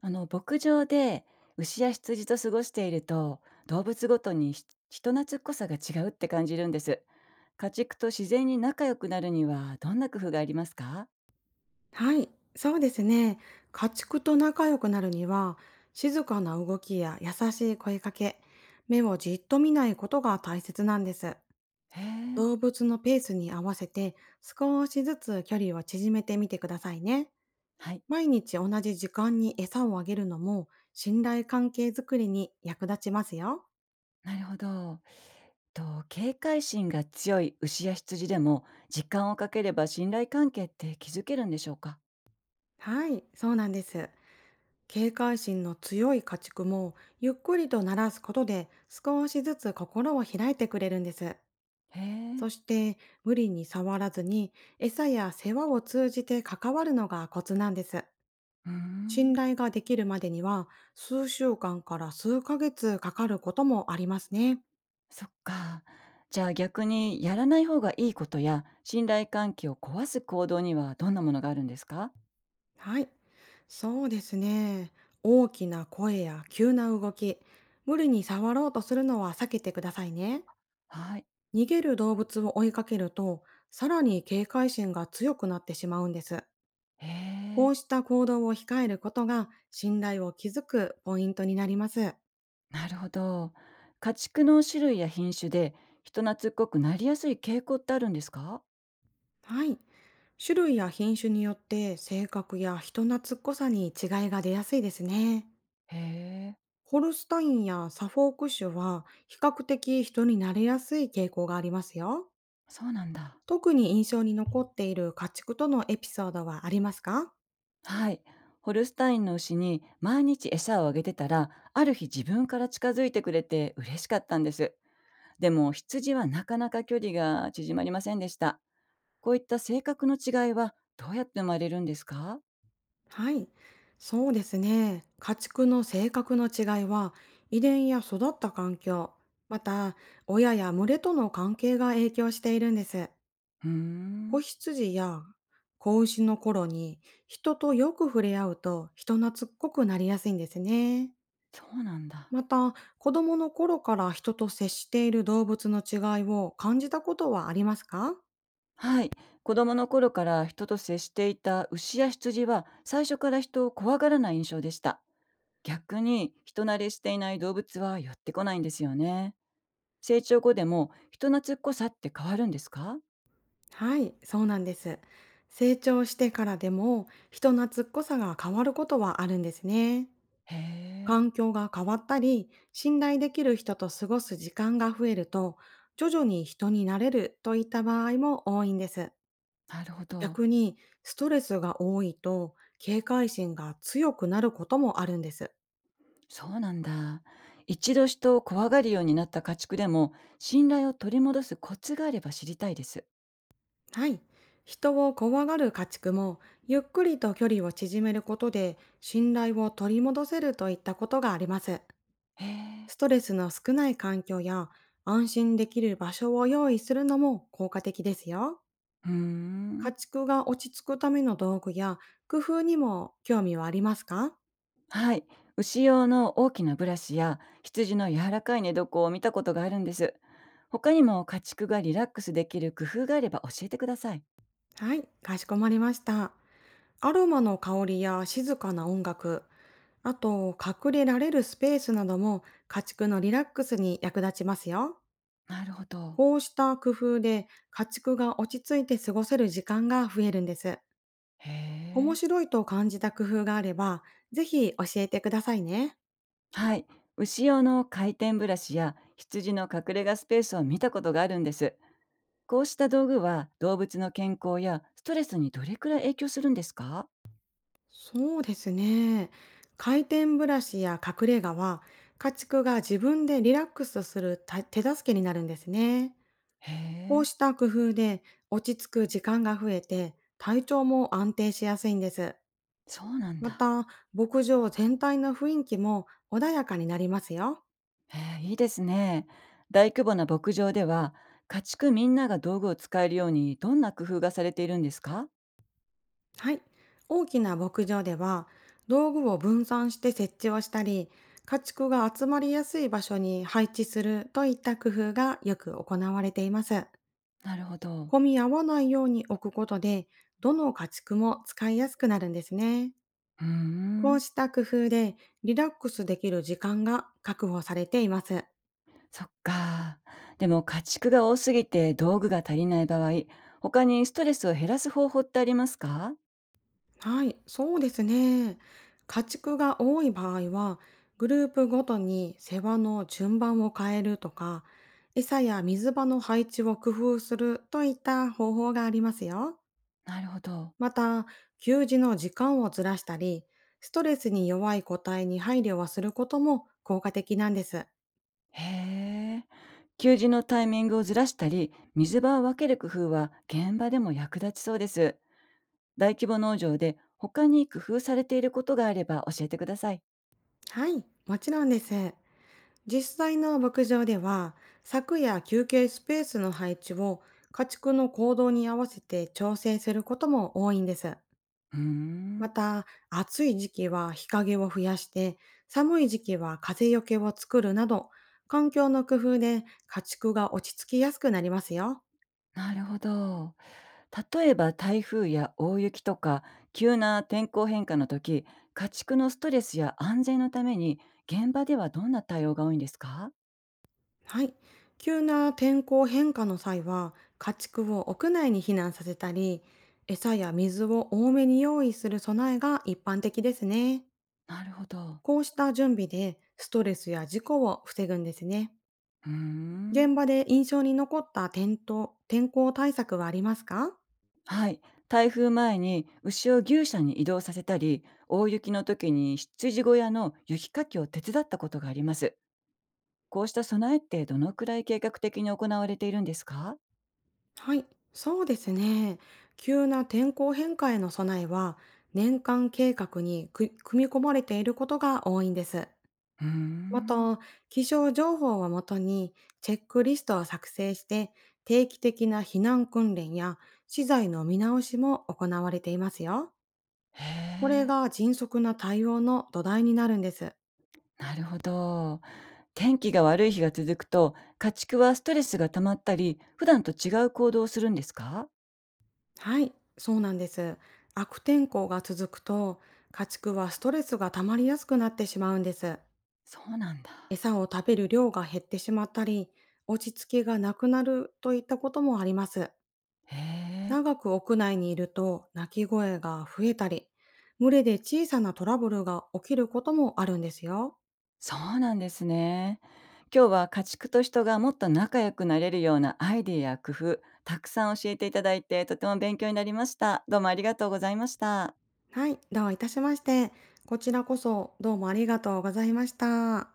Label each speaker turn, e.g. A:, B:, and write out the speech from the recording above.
A: あの牧場で牛や羊と過ごしていると、動物ごとに人懐っこさが違うって感じるんです。家畜と自然に仲良くなるには、どんな工夫がありますか？
B: はい、そうですね。家畜と仲良くなるには、静かな動きや優しい声かけ、目をじっと見ないことが大切なんです。
A: へえ、
B: 動物のペースに合わせて少しずつ距離を縮めてみてくださいね。
A: はい。
B: 毎日同じ時間に餌をあげるのも信頼関係づくりに役立ちますよ。
A: なるほど。と、警戒心が強い牛や羊でも時間をかければ信頼関係って築けるんでしょうか？
B: はい、そうなんです。警戒心の強い家畜もゆっくりと鳴らすことで少しずつ心を開いてくれるんです。
A: へえ。
B: そして無理に触らずに、餌や世話を通じて関わるのがコツなんです。
A: うー
B: 信
A: ん。
B: 頼ができるまでには、数週間から数ヶ月かかることもありますね。
A: そっか。じゃあ逆に、やらない方がいいことや信頼関係を壊す行動にはどんなものがあるんですか？
B: はい。そうですね。大きな声や急な動き、無理に触ろうとするのは避けてくださいね。
A: はい。
B: 逃げる動物を追いかけると、さらに警戒心が強くなってしまうんです。
A: へ
B: こ
A: え、
B: うした行動を控えることが、信頼を築くポイントになります。
A: なるほど。家畜の種類や品種で人懐っこくなりやすい傾向ってあるんですか？
B: はい。種類や品種によって、性格や人懐っこさに違いが出やすいですね。
A: へえ、
B: ホルスタインやサフォーク種は、比較的人になれやすい傾向がありますよ。
A: そうなんだ。
B: 特に印象に残っている家畜とのエピソードはありますか？
A: はい。ホルスタインの牛に毎日餌をあげてたら、ある日自分から近づいてくれて嬉しかったんです。でも羊はなかなか距離が縮まりませんでした。こういった性格の違いはどうやって生まれるんですか？
B: はい。そうですね。家畜の性格の違いは、遺伝や育った環境、また親や群れとの関係が影響しているんです。
A: うー
B: 子
A: ん、
B: 羊や子牛の頃に人とよく触れ合うと、人懐っこくなりやすいんですね。
A: そうなんだ。
B: また、子供の頃から人と接している動物の違いを感じたことはありますか？
A: はい。子供の頃から人と接していた牛や羊は最初から人を怖がらない印象でした。逆に人慣れしていない動物は寄ってこないんですよね。成長後でも人懐っこさって変わるんですか？
B: はい、そうなんです。成長してからでも、人懐っこさが変わることはあるんですね。
A: へえ、
B: 環境が変わったり、信頼できる人と過ごす時間が増えると、徐々に人になれるといった場合も多いんです。
A: なるほど。
B: 逆に、ストレスが多いと警戒心が強くなることもあるんです。
A: そうなんだ。一度人を怖がるようになった家畜でも、信頼を取り戻すコツがあれば知りたいです。
B: はい。人を怖がる家畜も、ゆっくりと距離を縮めることで信頼を取り戻せるといったことがあります。
A: へえ、
B: ストレスの少ない環境や安心できる場所を用意するのも効果的ですよ。
A: うー
B: 家
A: ん。
B: 畜が落ち着くための道具や工夫にも興味はありますか？
A: はい。牛用の大きなブラシや羊の柔らかい寝床を見たことがあるんです。他にも家畜がリラックスできる工夫があれば教えてください。
B: はい、かしこまりました。アロマの香りや静かな音楽、あと、隠れられるスペースなども家畜のリラックスに役立ちますよ。
A: なるほど。
B: こうした工夫で、家畜が落ち着いて過ごせる時間が増えるんです。
A: へ
B: 面
A: え。
B: 白いと感じた工夫があれば、ぜひ教えてくださいね。
A: はい。牛用の回転ブラシや羊の隠れ家スペースを見たことがあるんです。こうした道具は動物の健康やストレスにどれくらい影響するんですか？
B: そうですね。回転ブラシや隠れ家は、家畜が自分でリラックスするた手助けになるんですね。
A: へ
B: こう
A: え。
B: した工夫で落ち着く時間が増えて、体調も安定しやすいんです。
A: そうなん
B: ま
A: だ。
B: た、牧場全体の雰囲気も穏やかになりますよ。
A: へえ、いいですね。大規模な牧場では、家畜みんなが道具を使えるようにどんな工夫がされているんですか？
B: はい。大きな牧場では、道具を分散して設置をしたり、家畜が集まりやすい場所に配置するといった工夫がよく行われています。
A: なるほど。
B: 混み合わないように置くことで、どの家畜も使いやすくなるんですね。
A: うー
B: こう
A: ん、
B: した工夫で、リラックスできる時間が確保されています。
A: そっか。でも家畜が多すぎて道具が足りない場合、他にストレスを減らす方法ってありますか？
B: はい、そうですね。家畜が多い場合は、グループごとに世話の順番を変えるとか、餌や水場の配置を工夫するといった方法がありますよ。
A: なるほど。
B: また、給餌の時間をずらしたり、ストレスに弱い個体に配慮はすることも効果的なんです。
A: へえ。給仕のタイミングをずらしたり、水場を分ける工夫は現場でも役立ちそうです。大規模農場で他に工夫されていることがあれば教えてください。
B: はい、もちろんです。実際の牧場では、柵や休憩スペースの配置を家畜の行動に合わせて調整することも多いんです。
A: うー
B: ま
A: ん。
B: た、暑い時期は日陰を増やして、寒い時期は風よけを作るなど、環境の工夫で家畜が落ち着きやすくなりますよ。
A: なるほど。例えば台風や大雪とか、急な天候変化の時、家畜のストレスや安全のために現場ではどんな対応が多いんですか？
B: はい。急な天候変化の際は、家畜を屋内に避難させたり、餌や水を多めに用意する備えが一般的ですね。
A: なるほど。
B: こうした準備で、ストレスや事故を防ぐんですね。
A: うーん。
B: 現場で印象に残った転倒、天候対策はありますか？
A: はい。台風前に牛を牛舎に移動させたり、大雪の時に羊小屋の雪かきを手伝ったことがあります。こうした備えってどのくらい計画的に行われているんですか？
B: はい、そうですね。急な天候変化への備えは、年間計画にく組み込まれていることが多いんです。
A: うー
B: ま
A: ん。
B: た、気象情報をもとにチェックリストを作成して、定期的な避難訓練や資材の見直しも行われていますよ。
A: へ
B: これ
A: え。
B: が迅速な対応の土台になるんです。
A: なるほど。天気が悪い日が続くと、家畜はストレスが溜まったり、普段と違う行動をするんですか？
B: はい、そうなんです。悪天候が続くと、家畜はストレスが溜まりやすくなってしまうんです。
A: そうなんだ。
B: 餌を食べる量が減ってしまったり、落ち着きがなくなるといったこともあります。
A: へえ、
B: 長く屋内にいると鳴き声が増えたり、群れで小さなトラブルが起きることもあるんですよ。
A: そうなんですね。今日は家畜と人がもっと仲良くなれるようなアイディアや工夫、たくさん教えていただいて、とても勉強になりました。どうもありがとうございました。
B: はい、どういたしまして。こちらこそどうもありがとうございました。